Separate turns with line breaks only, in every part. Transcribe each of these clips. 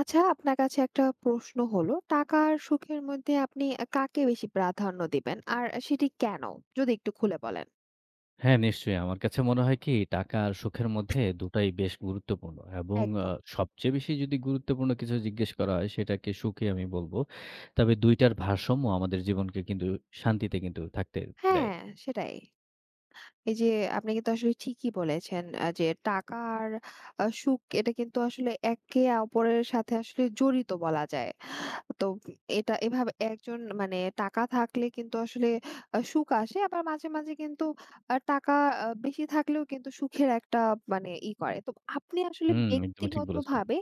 আচ্ছা, আপনার কাছে একটা প্রশ্ন হলো, টাকা আর সুখের মধ্যে আপনি কাকে বেশি প্রাধান্য দিবেন? আর সেটি কেন? যদি একটু খুলে বলেন।
হ্যাঁ, নিশ্চয়ই। আমার কাছে মনে হয় কি টাকা আর সুখের মধ্যে ২ টাই বেশ গুরুত্বপূর্ণ এবং
একদম।
সবচেয়ে বেশি যদি গুরুত্বপূর্ণ কিছু জিজ্ঞেস করা হয় সেটাকে সুখই আমি বলব। তবে ২ টার ভারসাম্য আমাদের জীবনকে কিন্তু শান্তিতে কিন্তু থাকতে দেয়।
হ্যাঁ, সেটাই। এই যে আপনি কিন্তু আসলে ঠিকই বলেছেন যে টাকা আর সুখ এটা কিন্তু আসলে একে অপরের সাথে আসলে জড়িত বলা যায়। তো এটা এভাবে একজন মানে টাকা থাকলে কিন্তু আসলে সুখ আসে। আবার মাঝে, মাঝে কিন্তু টাকা বেশি থাকলেও কিন্তু সুখের একটা মানে ই করে। তো আপনি আসলে
হুম, একদমই ঠিক বলেছেন।
ব্যক্তিগতভাবে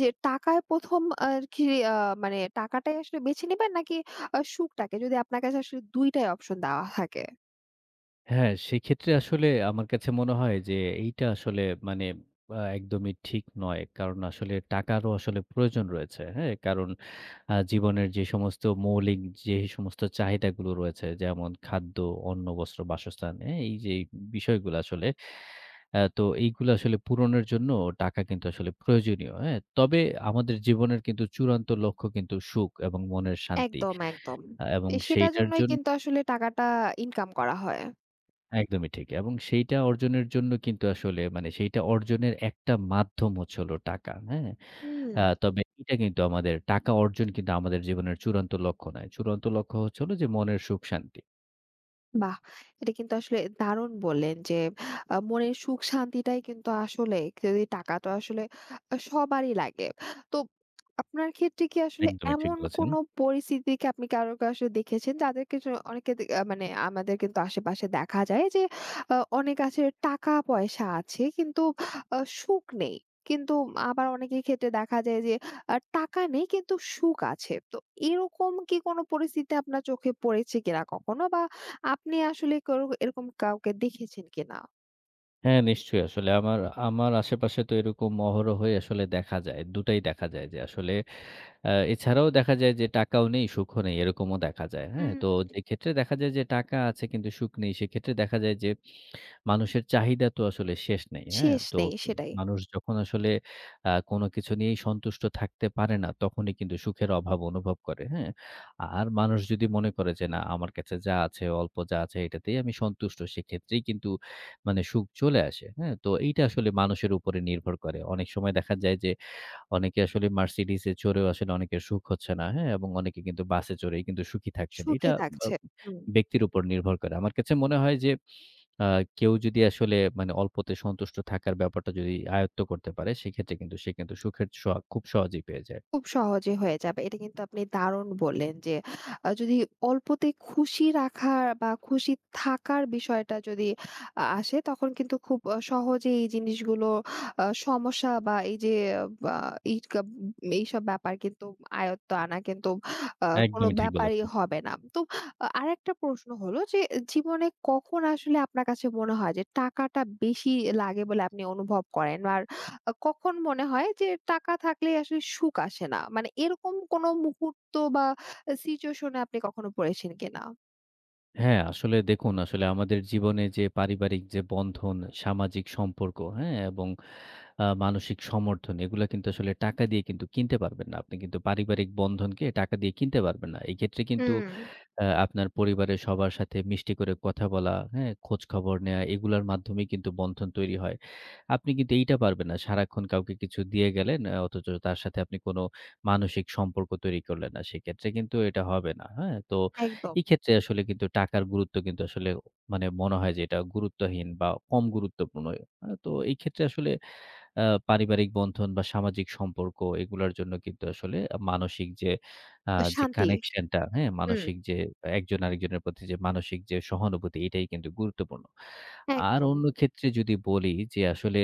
যে টাকায় ১ম আর কি, আ মানে টাকাটাই আসলে বেছে নিবেন নাকি সুখটাকে? যদি আপনার কাছে আসলে ২ টাই অপশন দেওয়া থাকে।
হ্যাঁ, সেক্ষেত্রে আসলে আমার কাছে মনে হয় যে এইটা আসলে মানে একদমই ঠিক নয়। কারণ আসলে টাকারও আসলে প্রয়োজন রয়েছে। হ্যাঁ? কারণ জীবনের যে সমস্ত মৌলিক যে সমস্ত চাহিদাগুলো রয়েছে যেমন খাদ্য, অন্ন, বস্ত্র, বাসস্থান, হ্যাঁ? এই যে বিষয়গুলো আসলে তো এইগুলো আসলে পূরণের জন্য টাকা কিন্তু আসলে প্রয়োজনীয়। হ্যাঁ? তবে আমাদের জীবনের কিন্তু চূড়ান্ত লক্ষ্য কিন্তু সুখ এবং মনের শান্তি
একদম, একদম।
এবং
সেটার
সেইটার
জন্যই
জন্য
কিন্তু আসলে টাকাটা ইনকাম করা হয়।
একদমই ঠিক। এবং সেইটা অর্জনের জন্য কিন্তু আসলে মানে সেইটা অর্জনের একটা মাধ্যম হচ্ছে হলো টাকা। হ্যাঁ?
হুম।
তবে এটা কিন্তু আমাদের টাকা অর্জন কিন্তু আমাদের জীবনের চূড়ান্ত লক্ষ্য নয়। চূড়ান্ত লক্ষ্য হচ্ছে হলো যে মনের সুখ শান্তি।
বাহ! এটা কিন্তু আসলে দারুণ বললেন যে, মনের সুখ শান্তিটাই কিন্তু আসলে যদি টাকা তো আসলে সবারই লাগে। তো আপনার ক্ষেত্রে কি আসলে
একদমই ঠিক
এমন
বলেছেন।
কোনো পরিস্থিতি, কি আপনি কারো কাছে দেখেছেন যাদের কিছু অনেকে দে আ মানে আমাদের কিন্তু আশেপাশে দেখা যায় যে, অনেক আছে টাকা-পয়সা আছে কিন্তু সুখ নেই। কিন্তু আবার অনেকের ক্ষেত্রে দেখা যায় যে, টাকা নেই কিন্তু সুখ আছে। তো এরকম কি কোনো পরিস্থিতি আপনার চোখে পড়েছে কিনা কখনো? বা আপনি আসলে কেউ এরকম কাউকে দেখেছেন কিনা?
হ্যাঁ, নিশ্চয়ই আসলে আমার আমার আশেপাশে তো এরকম অহরহই আসলে দেখা যায়। ২ টাই দেখা যায় যে আসলে এছাড়াও দেখা যায় যে টাকাও নেই, সুখও নেই এরকমও দেখা যায়। হ্যাঁ?
হুম।
তো যে ক্ষেত্রে দেখা যায় যে টাকা আছে কিন্তু সুখ নেই সেক্ষেত্রে দেখা যায় যে মানুষের চাহিদা তো আসলে শেষ নেই, হ্যাঁ?
শেষ
তো
নেই, সেটাই।
মানুষ যখন আসলে কোনো কিছু নিয়েই সন্তুষ্ট থাকতে পারে না, তখনই কিন্তু সুখের অভাব অনুভব করে, হ্যাঁ? আর মানুষ যদি মনে করে যে, "না, আমার কাছে যা আছে, অল্প যা আছে, এটাতেই আমি সন্তুষ্ট।" সেক্ষেত্রেই কিন্তু মানে সুখ চলে আসে, হ্যাঁ? তো এইটা আসলে মানুষের উপরে নির্ভর করে। অনেক সময় দেখা যায় যে, অনেকে আসলে Mercedes এ চড়েও আসলে অনেকের সুখ হচ্ছে না, হ্যাঁ? এবং অনেকে কিন্তু বাসে চড়েই কিন্তু সুখী থাকছেন।
সুখে
এটা বা
থাকছে। হুম।
ব্যক্তির উপর নির্ভর করে। আমার কাছে মনে হয় যে আ কেউ যদি আসলে মানে অল্পতে সন্তুষ্ট থাকার ব্যাপারটা যদি আয়ত্ত করতে পারে, সেক্ষেত্রে কিন্তু সে কিন্তু সুখের সোহাগ খুব সহজেই পেয়ে যায়।
খুব সহজে হয়ে যাবে। এটা কিন্তু আপনি দারুণ বললেন যে যদি অল্পতে খুশি রাখা বা খুশি থাকার বিষয়টা যদি আসে তখন কিন্তু খুব সহজেই এই জিনিসগুলো, সমস্যা বা এই যে বা এই এইসব ব্যাপার কিন্তু আয়ত্ত আনা কিন্তু আ কোনো
একদমই ঠিক
ব্যাপারই
বলেছেন।
হবে না। তো, আরেকটা প্রশ্ন হলো যে জীবনে কখন আসলে আপনার কাছে মনে হয় যে টাকাটা বেশি লাগে বলে আপনি অনুভব করেন? আর কখন মনে হয় যে টাকা থাকলেই আসলে সুখ আসে না? মানে এরকম কোনো মুহূর্ত বা সিচুয়েশন এ আপনি কখনো পড়েছেন কিনা?
হ্যাঁ, আসলে দেখুন আসলে আমাদের জীবনে যে পারিবারিক যে বন্ধন, সামাজিক সম্পর্ক, হ্যাঁ? এবং মানসিক সমর্থন এগুলা কিন্তু আসলে টাকা দিয়ে কিন্তু কিনতে পারবেন না। আপনি কিন্তু পারিবারিক বন্ধনকে টাকা দিয়ে কিনতে পারবেন না। এক্ষেত্রে কিন্তু
হুম,
আপনার পরিবারের সবার সাথে মিষ্টি করে কথা বলা, হ্যাঁ? খোঁজখবর নেয়া এগুলার মাধ্যমেই কিন্তু বন্ধন তৈরি হয়। আপনি কিন্তু এইটা পারবেন না। সারাক্ষণ কাউকে কিছু দিয়ে গেলেন অথচ তার সাথে আপনি কোনো মানসিক সম্পর্ক তৈরি করলেন না। সেক্ষেত্রে কিন্তু এটা হবে না, হ্যাঁ? তো
একদম।
এই ক্ষেত্রে আসলে কিন্তু টাকার গুরুত্ব কিন্তু আসলে মানে মনে হয় যে এটা গুরুত্বহীন বা কম গুরুত্বপূর্ণ। তো এই ক্ষেত্রে আসলে আ পারিবারিক বন্ধন বা সামাজিক সম্পর্ক এগুলার জন্য কিন্তু আসলে মানসিক যে আ যে
শান্তি।
কানেকশন টা, হ্যাঁ?
হুম।
মানসিক যে একজন আরেকজনের প্রতি যে মানসিক যে সহানুভূতি এটাই কিন্তু গুরুত্বপূর্ণ। আর
একদম।
অন্য ক্ষেত্রে যদি বলি যে আসলে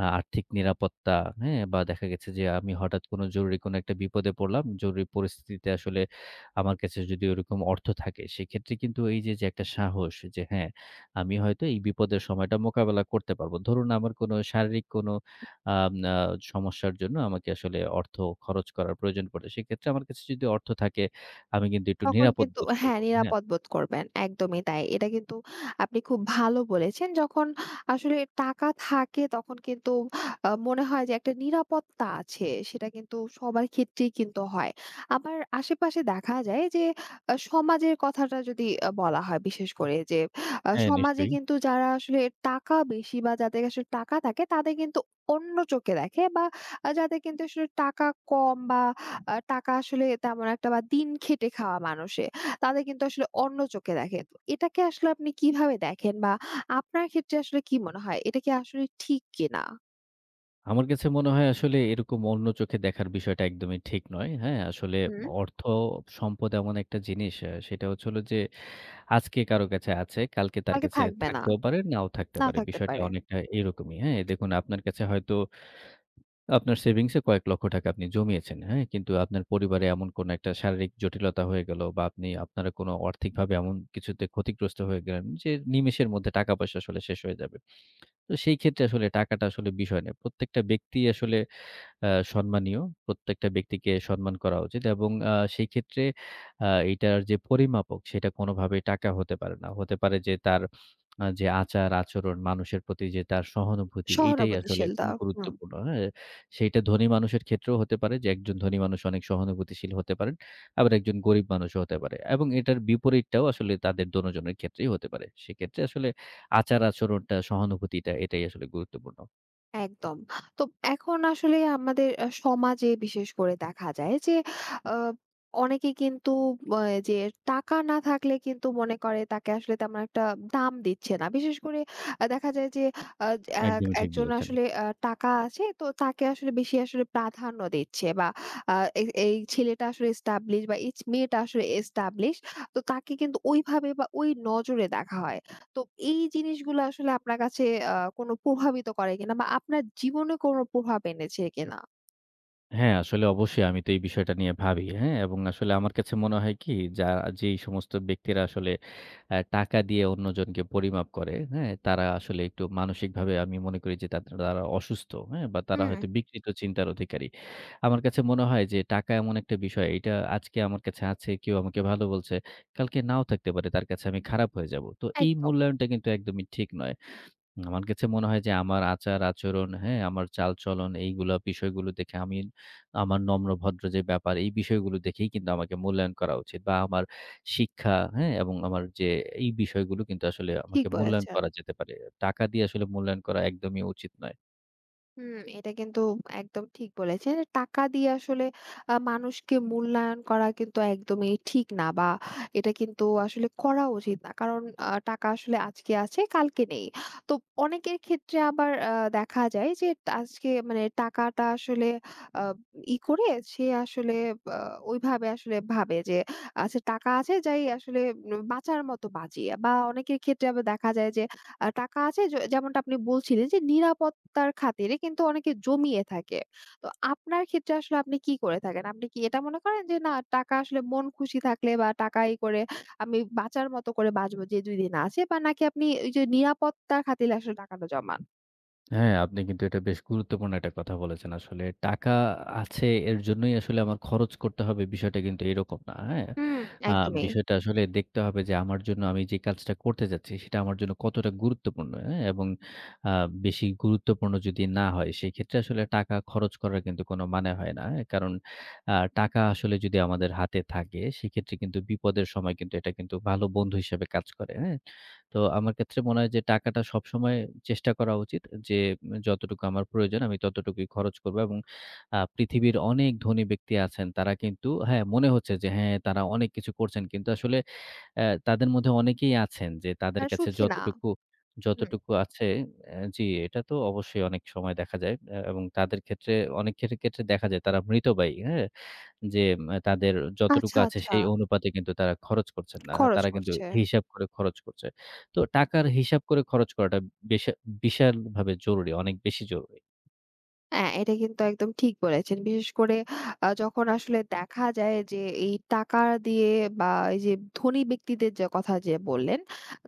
আর্থিক নিরাপত্তা, হ্যাঁ? বা দেখা গেছে যে আমি হঠাৎ কোনো জরুরি কোনো একটা বিপদে পড়লাম। জরুরি পরিস্থিতিতে আসলে আমার কাছে যদি ওরকম অর্থ থাকে, সেক্ষেত্রে কিন্তু এই যে, যে একটা সাহস যে হ্যাঁ, আমি হয়তো এই বিপদের সময়টা মোকাবেলা করতে পারবো। ধরুন আমার কোনো শারীরিক কোনো আম আ সমস্যার জন্য আমাকে আসলে অর্থ খরচ করার প্রয়োজন পড়ে। সেক্ষেত্রে আমার কাছে যদি অর্থ থাকে, আমি কিন্তু একটু
তখন
নিরাপদ
কিন্তু,
বোধ
হ্যাঁ,
করবো। হ্যাঁ?
নিরাপদ বোধ করবেন। একদমই তাই। এটা কিন্তু আপনি খুব ভালো বলেছেন। যখন আসলে টাকা থাকে তখন কিন্তু মনে হয় যে একটা নিরাপত্তা আছে। সেটা কিন্তু সবার ক্ষেত্রেই কিন্তু হয়। আবার আশেপাশে দেখা যায় যে সমাজের কথাটা যদি বলা হয়, বিশেষ করে যে
হ্যাঁ,
সমাজে
নিশ্চয়ই।
কিন্তু যারা আসলে টাকা বেশি বা যাদের আসলে টাকা থাকে তাদের কিন্তু অন্য চোখে দেখে, বা যাদের কিন্তু আসলে টাকা কম বা টাকা আসলে তেমন একটা বা দিন খেটে খাওয়া মানুষে, তাদের কিন্তু আসলে অন্য চোখে দেখে। তো এটাকে আসলে আপনি কিভাবে দেখেন? বা আপনার ক্ষেত্রে আসলে কি মনে হয়? এটা কি আসলে ঠিক কিনা?
আমার কাছে মনে হয় আসলে এরকম অন্য চোখে দেখার বিষয়টা একদমই ঠিক নয়। হ্যাঁ? আসলে
হুম,
অর্থ, সম্পদ এমন একটা জিনিস সেটা হচ্ছে হলো যে আজকে কারো কাছে আছে, কালকে তার
কালকে
কাছে
থাকবে না।
থাকতেও পারে, নাও থাকতে
নাও
পারে।
থাকতে
বিষয়টা
পারে।
অনেকটা এরকমই। হ্যাঁ? দেখুন আপনার কাছে হয়তো আপনার সেভিংস এ কয়েক লক্ষ টাকা আপনি জমিয়েছেন। হ্যাঁ? কিন্তু আপনার পরিবারে এমন কোনো একটা শারীরিক জটিলতা হয়ে গেল বা আপনি আপনারা কোনো আর্থিকভাবে এমন কিছুতে ক্ষতিগ্রস্ত হয়ে গেলেন যে নিমেষের মধ্যে টাকা-পয়সা আসলে শেষ হয়ে যাবে। তো সেই ক্ষেত্রে আসলে টাকাটা আসলে বিষয় না। প্রত্যেকটা ব্যক্তিই আসলে আ সম্মানীয়। প্রত্যেকটা ব্যক্তিকে সম্মান করা উচিত এবং সেই ক্ষেত্রে আ এটার যে পরিমাপক সেটা কোনোভাবেই টাকা হতে পারে না। হতে পারে যে তার যে আচার-আচরণ, মানুষের প্রতি যে তার সহানুভূতি এইটাই আসলে
সহানুভূতিশীলতা। হুম।
গুরুত্বপূর্ণ, হ্যাঁ? সেইটা ধনী মানুষের ক্ষেত্রেও হতে পারে যে একজন ধনী মানুষ অনেক সহানুভূতিশীল হতে পারেন। আবার একজন গরিব মানুষও হতে পারে এবং এটার বিপরীতটাও আসলে তাদের দোনোজনের ক্ষেত্রেই হতে পারে। সেক্ষেত্রে আসলে আচার-আচরণটা, সহানুভূতিটা এটাই আসলে গুরুত্বপূর্ণ।
একদম। তো এখন আসলে আমাদের সমাজে বিশেষ করে দেখা যায় যে আ অনেকে কিন্তু আ যে টাকা না থাকলে কিন্তু মনে করে তাকে আসলে তেমন একটা দাম দিচ্ছে না। বিশেষ করে দেখা যায় যে আ এক
একদমই ঠিক
একজন
বলেছেন।
আসলে, টাকা আছে তো তাকে আসলে বেশি আসলে প্রাধান্য দিচ্ছে, বা আ এই এই ছেলেটা আসলে এস্টাবলিশ বা এই মেয়েটা আসলে এস্টাবলিশ, তো তাকে কিন্তু ওইভাবে বা ওই নজরে দেখা হয়। তো এই জিনিসগুলো আসলে আপনার কাছে আ কোনো প্রভাবিত করে কিনা, বা আপনার জীবনে কোনো প্রভাব এনেছে কিনা?
হ্যাঁ, আসলে অবশ্যই আমি তো এই বিষয়টা নিয়ে ভাবি। হ্যাঁ? এবং আসলে আমার কাছে মনে হয় কি যা যেই সমস্ত ব্যক্তিরা আসলে টাকা দিয়ে অন্যজনকে পরিমাপ করে, হ্যাঁ? তারা আসলে একটু মানসিকভাবে আমি মনে করি যে তারা অসুস্থ, হ্যাঁ? বা তারা
হুম।
হয়তো বিকৃত চিন্তার অধিকারী। আমার কাছে মনে হয় যে টাকা এমন একটা বিষয় এটা আজকে আমার কাছে আছে, কেউ আমাকে ভালো বলছে, কালকে নাও থাকতে পারে, তার কাছে আমি খারাপ হয়ে যাব। তো এই
একদম
মূল্যায়নটা কিন্তু একদমই ঠিক নয়। আমার কাছে মনে হয় যে আমার আচার-আচরণ, হ্যাঁ? আমার চালচলন এইগুলা বিষয়গুলো দেখে আমি আমার নম্র ভদ্র যে ব্যাপার এই বিষয়গুলো দেখেই কিন্তু আমাকে মূল্যায়ন করা উচিত বা আমার শিক্ষা, হ্যাঁ? এবং আমার যে এই বিষয়গুলো কিন্তু আসলে
ঠিক
আমাকে মূল্যায়ন
বলেছেন।
করা যেতে পারে। টাকা দিয়ে আসলে মূল্যায়ন করা একদমই উচিত নয়।
হুম, এটা কিন্তু একদম ঠিক বলেছেন। টাকা দিয়ে আসলে মানুষকে মূল্যায়ন করা কিন্তু একদমই ঠিক না, বা এটা কিন্তু আসলে করা উচিত না। কারণ টাকা আসলে আজকে আছে, কালকে নেই। তো অনেকের ক্ষেত্রে আবার দেখা যায় যে আজকে মানে টাকাটা আসলে আ ই করে সে আসলে আ ওইভাবে আসলে ভাবে যে আচ্ছা টাকা আছে যাই আসলে বাঁচার মতো বাঁচি। বা অনেকের ক্ষেত্রে আবার দেখা যায় যে টাকা আছে, যেমনটা আপনি বলছিলেন যে নিরাপত্তার খাতিরে কিন্তু অনেকে জমিয়ে থাকে। তো আপনার ক্ষেত্রে আসলে আপনি কি করে থাকেন? আপনি কি এটা মনে করেন যে না টাকা আসলে মন খুশি থাকলে বা টাকা ই করে আমি বাঁচার মতো করে বাঁচবো, যে ২ দিন আছে, বা নাকি আপনি ওই যে নিরাপত্তার খাতিরে আসলে টাকাটা জমান?
হ্যাঁ, আপনি কিন্তু এটা বেশ গুরুত্বপূর্ণ একটা কথা বলেছেন। আসলে টাকা আছে এর জন্যই আসলে আমার খরচ করতে হবে বিষয়টা কিন্তু এরকম না। হ্যাঁ?
হুম।
আ
একদমই।
বিষয়টা আসলে দেখতে হবে যে আমার জন্য আমি যে কাজটা করতে যাচ্ছি সেটা আমার জন্য কতটা গুরুত্বপূর্ণ। হ্যাঁ? এবং আ বেশি গুরুত্বপূর্ণ যদি না হয় সেক্ষেত্রে আসলে টাকা খরচ করার কিন্তু কোনো মানে হয় না। হ্যাঁ? কারণ টাকা আসলে যদি আমাদের হাতে থাকে সেক্ষেত্রে কিন্তু বিপদের সময় কিন্তু এটা কিন্তু ভালো বন্ধু হিসেবে কাজ করে। হ্যাঁ? তো আমার ক্ষেত্রে মনে হয় যে টাকাটা সবসময় চেষ্টা করা উচিত যে যতটুকু আমার প্রয়োজন আমি ততটুকুই খরচ করব এবং পৃথিবীর অনেক ধনী ব্যক্তি আছেন তারা কিন্তু হ্যাঁ, মনে হচ্ছে যে হ্যাঁ, তারা অনেক কিছু করছেন। কিন্তু আসলে তাদের মধ্যে অনেকেই আছেন যে তাদের
তারা
কাছে
সুখী না।
যতটুকু
হুম।
যতটুকু আছে জি, এটা তো অবশ্যই অনেক সময় দেখা যায়। এবং তাদের ক্ষেত্রে অনেক ক্ষেত্রে দেখা যায় তারা মৃতব্যয়ী, হ্যাঁ? যে তাদের যতটুকু
আচ্ছা,
আছে
আচ্ছা।
সেই অনুপাতে কিন্তু তারা খরচ করছেন না।
খরচ
তারা কিন্তু
করছে।
হিসাব করে খরচ করছে। তো টাকার হিসাব করে খরচ করাটা বেশা বিশালভাবে জরুরি, অনেক বেশি জরুরি।
হ্যাঁ, এটা কিন্তু একদম ঠিক বলেছেন। বিশেষ করে যখন আসলে দেখা যায় যে এই টাকা দিয়ে বা এই যে ধনী ব্যক্তিদের যে কথা যে বললেন,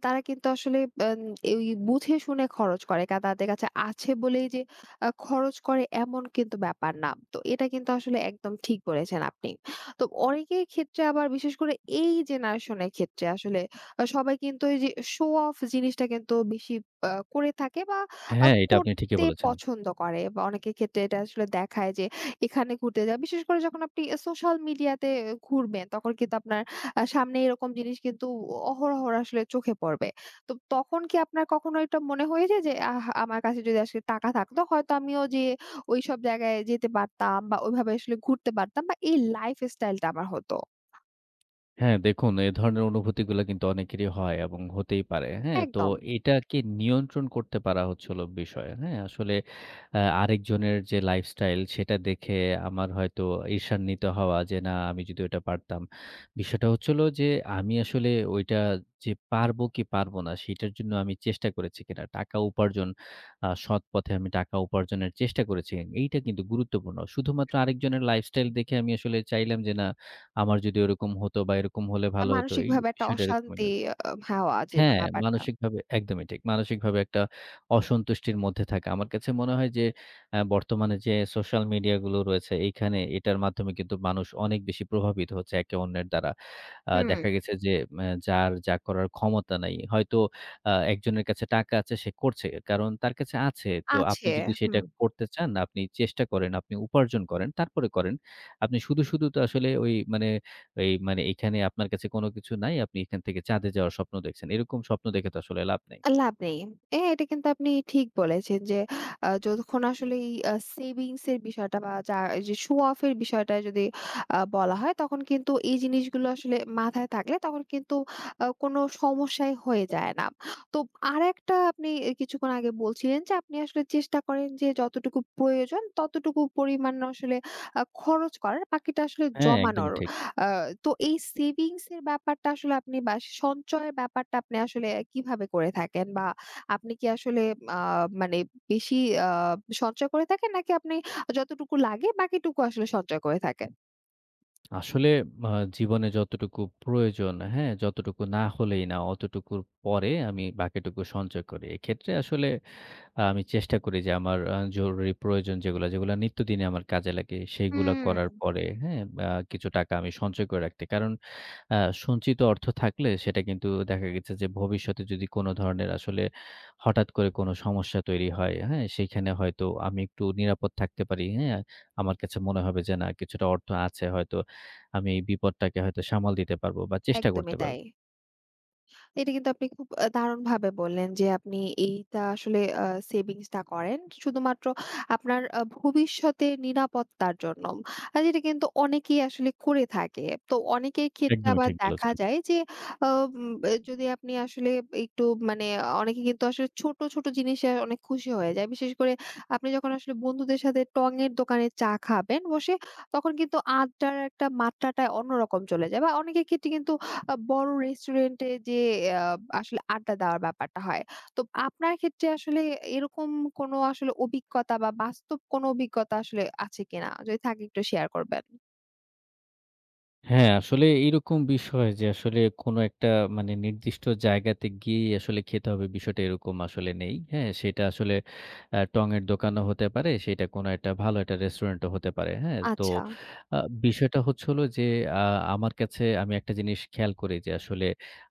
তারা কিন্তু আসলে আন ওই বুঝে শুনে খরচ করে। তাদের কাছে আছে বলেই যে খরচ করে এমন কিন্তু ব্যাপার না। তো এটা কিন্তু আসলে একদম ঠিক বলেছেন আপনি। তো অনেকের ক্ষেত্রে আবার বিশেষ করে এই জেনারেশনের ক্ষেত্রে আসলে সবাই কিন্তু এই যে শো অফ জিনিসটা কিন্তু বেশি করে থাকে, বা আ
হ্যাঁ, এটা
কর
আপনি ঠিকই
ঘুরতে
বলেছেন।
পছন্দ করে, বা অনেকের ক্ষেত্রে এটা আসলে দেখায় যে এখানে ঘুরতে যায়। বিশেষ করে যখন আপনি সোশ্যাল মিডিয়াতে ঘুরবেন তখন কিন্তু আপনার সামনে এরকম জিনিস কিন্তু অহরহ আসলে চোখে পড়বে। তো তখন কি আপনার কখনো এটা মনে হয়েছে যে আহ! আমার কাছে যদি আসলে টাকা থাকতো হয়তো আমিও যেয়ে ওইসব জায়গায় যেতে পারতাম, বা ওইভাবে আসলে ঘুরতে পারতাম, বা এই লাইফ স্টাইলটা আমার হতো।
হ্যাঁ, দেখুন এ ধরনের অনুভূতিগুলা কিন্তু অনেকেরই হয় এবং হতেই পারে। হ্যাঁ? তো
একদম।
এটাকে নিয়ন্ত্রণ করতে পারা হচ্ছে হলো বিষয়। হ্যাঁ? আসলে আরেকজনের যে লাইফস্টাইল সেটা দেখে আমার হয়তো ঈর্ষান্বিত হওয়া যে না আমি যদি ওটা পারতাম। বিষয়টা হচ্ছে হলো যে আমি আসলে ওইটা যে পারবো কি পারবো না সেটার জন্য আমি চেষ্টা করেছি কিনা। টাকা উপার্জন সৎ পথে আমি টাকা উপার্জনের চেষ্টা করেছি। এইটা কিন্তু গুরুত্বপূর্ণ। শুধুমাত্র আরেকজনের লাইফস্টাইল দেখে আমি আসলে চাইলাম যে না আমার যদি ওরকম হতো বা এরকম হলে ভালো হতো। এই
মানসিকভাবে একটা
বিষয়টা এরকমই
অশান্তি
না।
হাওয়া যেটা
হ্যাঁ,
ব্যাপারটা।
মানসিকভাবে একদমই ঠিক। মানসিকভাবে একটা অসন্তুষ্টির মধ্যে থাকা। আমার কাছে মনে হয় যে বর্তমানে যে সোশ্যাল মিডিয়া গুলো রয়েছে এইখানে এটার মাধ্যমে কিন্তু মানুষ অনেক বেশি প্রভাবিত হচ্ছে একে অন্যের দ্বারা।
হুম।
দেখা গেছে যে যার যা করার ক্ষমতা নাই। হয়তো একজনের কাছে টাকা আছে সে করছে। কারণ তার কাছে আছে। তো আপনি
আছে।
যদি
হুম।
সেটা করতে চান, আপনি চেষ্টা করেন, আপনি উপার্জন করেন, তারপরে করেন। আপনি শুধু তো আসলে ওই মানে এই মানে এখানে আপনার কাছে কোনো কিছু নাই। আপনি এখান থেকে চাঁদে যাওয়ার স্বপ্ন দেখছেন। এরকম স্বপ্ন দেখে তো আসলে লাভ নাই।
লাভ নেই। এটা কিন্তু আপনি ঠিক বলেছেন যে যতক্ষণ আসলে এই সেভিংস এর বিষয়টা বা যা এই যে শো অফ এর বিষয়টা যদি বলা হয় তখন কিন্তু এই জিনিসগুলো আসলে মাথায় থাকলে তখন কিন্তু কোনো সমস্যাই হয়ে যায় না। তো আরেকটা, আপনি কিছুক্ষণ আগে বলছিলেন যে আপনি আসলে চেষ্টা করেন যে যতটুকু প্রয়োজন ততটুকু পরিমাণ আসলে খরচ করার, বাকিটা আসলে
হ্যাঁ, একদমই
জমানোর।
ঠিক।
আ তো এই সেভিংস এর ব্যাপারটা আসলে আপনি, বা সঞ্চয়ের ব্যাপারটা আপনি আসলে কিভাবে করে থাকেন? বা আপনি কি আসলে, আ মানে বেশি আ সঞ্চয় করে থাকেন নাকি আপনি যতটুকু লাগে বাকিটুকু আসলে সঞ্চয় করে থাকেন?
আসলে আ জীবনে যতটুকু প্রয়োজন, হ্যাঁ? যতটুকু না হলেই না, অতটুকুর পরে আমি বাকিটুকু সঞ্চয় করি। এক্ষেত্রে আসলে আমি চেষ্টা করি যে আমার জরুরি প্রয়োজন যেগুলা নিত্যদিনে আমার কাজে লাগে, সেইগুলা করার
হুম,
পরে, হ্যাঁ? কিছু টাকা আমি সঞ্চয় করে রাখতে। কারণ আ সঞ্চিত অর্থ থাকলে সেটা কিন্তু দেখা গেছে যে ভবিষ্যতে যদি কোনো ধরনের আসলে হঠাৎ করে কোনো সমস্যা তৈরি হয়, হ্যাঁ? সেইখানে হয়তো আমি একটু নিরাপদ থাকতে পারি, হ্যাঁ? আমার কাছে মনে হবে যে না কিছুটা অর্থ আছে হয়তো আমি এই বিপদটাকে হয়তো সামাল দিতে পারবো বা চেষ্টা
একদমই
করতে
তাই।
পারবো।
এটা কিন্তু আপনি খুব দারুণভাবে বললেন যে আপনি এইটা আসলে সেভিংসটা করেন। শুধুমাত্র আপনার ভবিষ্যতের নিরাপত্তার জন্য। যেটা কিন্তু অনেকেই আসলে করে থাকে। তো অনেকের ক্ষেত্রে
একদমই
আবার
ঠিক
দেখা
বলেছেন।
যায় যে আ উম এ যদি আপনি আসলে একটু মানে অনেকে কিন্তু আসলে ছোট, ছোট জিনিসে অনেক খুশি হয়ে যায়। বিশেষ করে আপনি যখন আসলে বন্ধুদের সাথে টঙের দোকানে চা খাবেন বসে, তখন কিন্তু আড্ডার একটা মাত্রাটা অন্যরকম চলে যায়, বা অনেকের ক্ষেত্রে কিন্তু বড় রেস্টুরেন্টে যে আ আসলে আড্ডা দেওয়ার ব্যাপারটা হয়। তো আপনার ক্ষেত্রে আসলে এরকম কোনো আসলে অভিজ্ঞতা বা বাস্তব কোনো অভিজ্ঞতা আসলে আছে কিনা? যদি থাকে একটু শেয়ার করবেন।
হ্যাঁ, আসলে এইরকম বিষয় যে আসলে কোনো একটা মানে নির্দিষ্ট জায়গাতে গিয়েই আসলে খেতে হবে বিষয়টা এরকম আসলে নেই। হ্যাঁ? সেটা আসলে টঙের দোকানও হতে পারে, সেটা কোনো একটা ভালো একটা রেস্টুরেন্টও হতে পারে। হ্যাঁ? তো
আচ্ছা,
আ বিষয়টা হচ্ছে হলো যে আ আমার কাছে আমি একটা জিনিস খেয়াল করি যে আসলে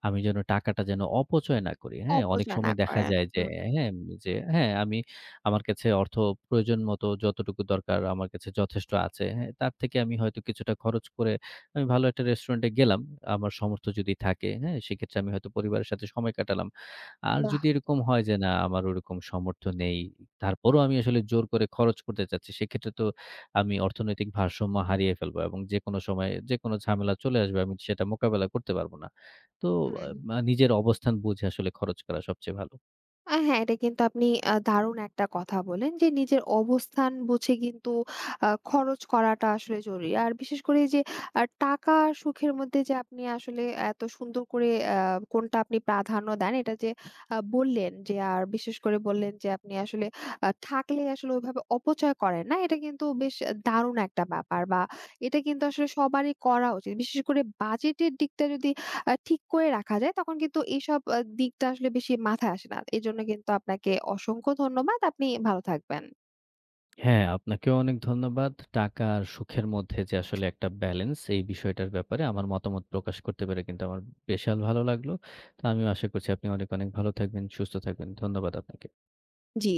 আমি যেন টাকাটা যেন অপচয় না করি। হ্যাঁ? অনেক
অপচয় না
সময় দেখা
করেন।
যায় যে
হুম,
হ্যাঁ, আমি আমার কাছে অর্থ প্রয়োজন মতো যতটুকু দরকার আমার কাছে যথেষ্ট আছে। হ্যাঁ? তার থেকে আমি হয়তো কিছুটা খরচ করে আমি ভালো একটা রেস্টুরেন্টে গেলাম। আমার সামর্থ্য যদি থাকে, হ্যাঁ? সেক্ষেত্রে আমি হয়তো পরিবারের সাথে সময় কাটালাম। আর
বাহ!
যদি এরকম হয় যে, না আমার ওরকম সামর্থ্য নেই, তারপরও আমি আসলে জোর করে খরচ করতে চাচ্ছি, সেক্ষেত্রে তো আমি অর্থনৈতিক ভারসাম্য হারিয়ে ফেলবো এবং যেকোনো সময়ে যেকোনো ঝামেলা চলে আসবে। আমি সেটা মোকাবেলা করতে পারব না। তো
হুম।
নিজের অবস্থান বুঝে আসলে খরচ করা সবচেয়ে ভালো।
হ্যাঁ, এটা কিন্তু আপনি দারুণ একটা কথা বলেন যে নিজের অবস্থান বুঝে কিন্তু খরচ করাটা আসলে জরুরি। আর বিশেষ করে এই যে টাকা আর সুখের মধ্যে যে আপনি আসলে এত সুন্দর করে কোনটা আপনি প্রাধান্য দেন এটা যে বললেন, যে আর বিশেষ করে বললেন যে আপনি আসলে থাকলে আসলে ওইভাবে অপচয় করেন না। এটা কিন্তু বেশ দারুণ একটা ব্যাপার, বা এটা কিন্তু আসলে সবারই করা উচিত। বিশেষ করে বাজেটের দিকটা যদি ঠিক করে রাখা যায় তখন কিন্তু এইসব দিকটা আসলে বেশি মাথায় আসে না। এজন্য কিন্তু আপনাকে অসংখ্য ধন্যবাদ। আপনি ভালো থাকবেন।
হ্যাঁ, আপনাকেও অনেক ধন্যবাদ। টাকা আর সুখের মধ্যে যে আসলে একটা ব্যালেন্স, এই বিষয়টার ব্যাপারে আমার মতামত প্রকাশ করতে পেরে কিন্তু আমার বিশাল ভালো লাগলো। তো আমিও আশা করছি আপনি অনেক, অনেক ভালো থাকবেন, সুস্থ থাকবেন। ধন্যবাদ আপনাকে।
জি।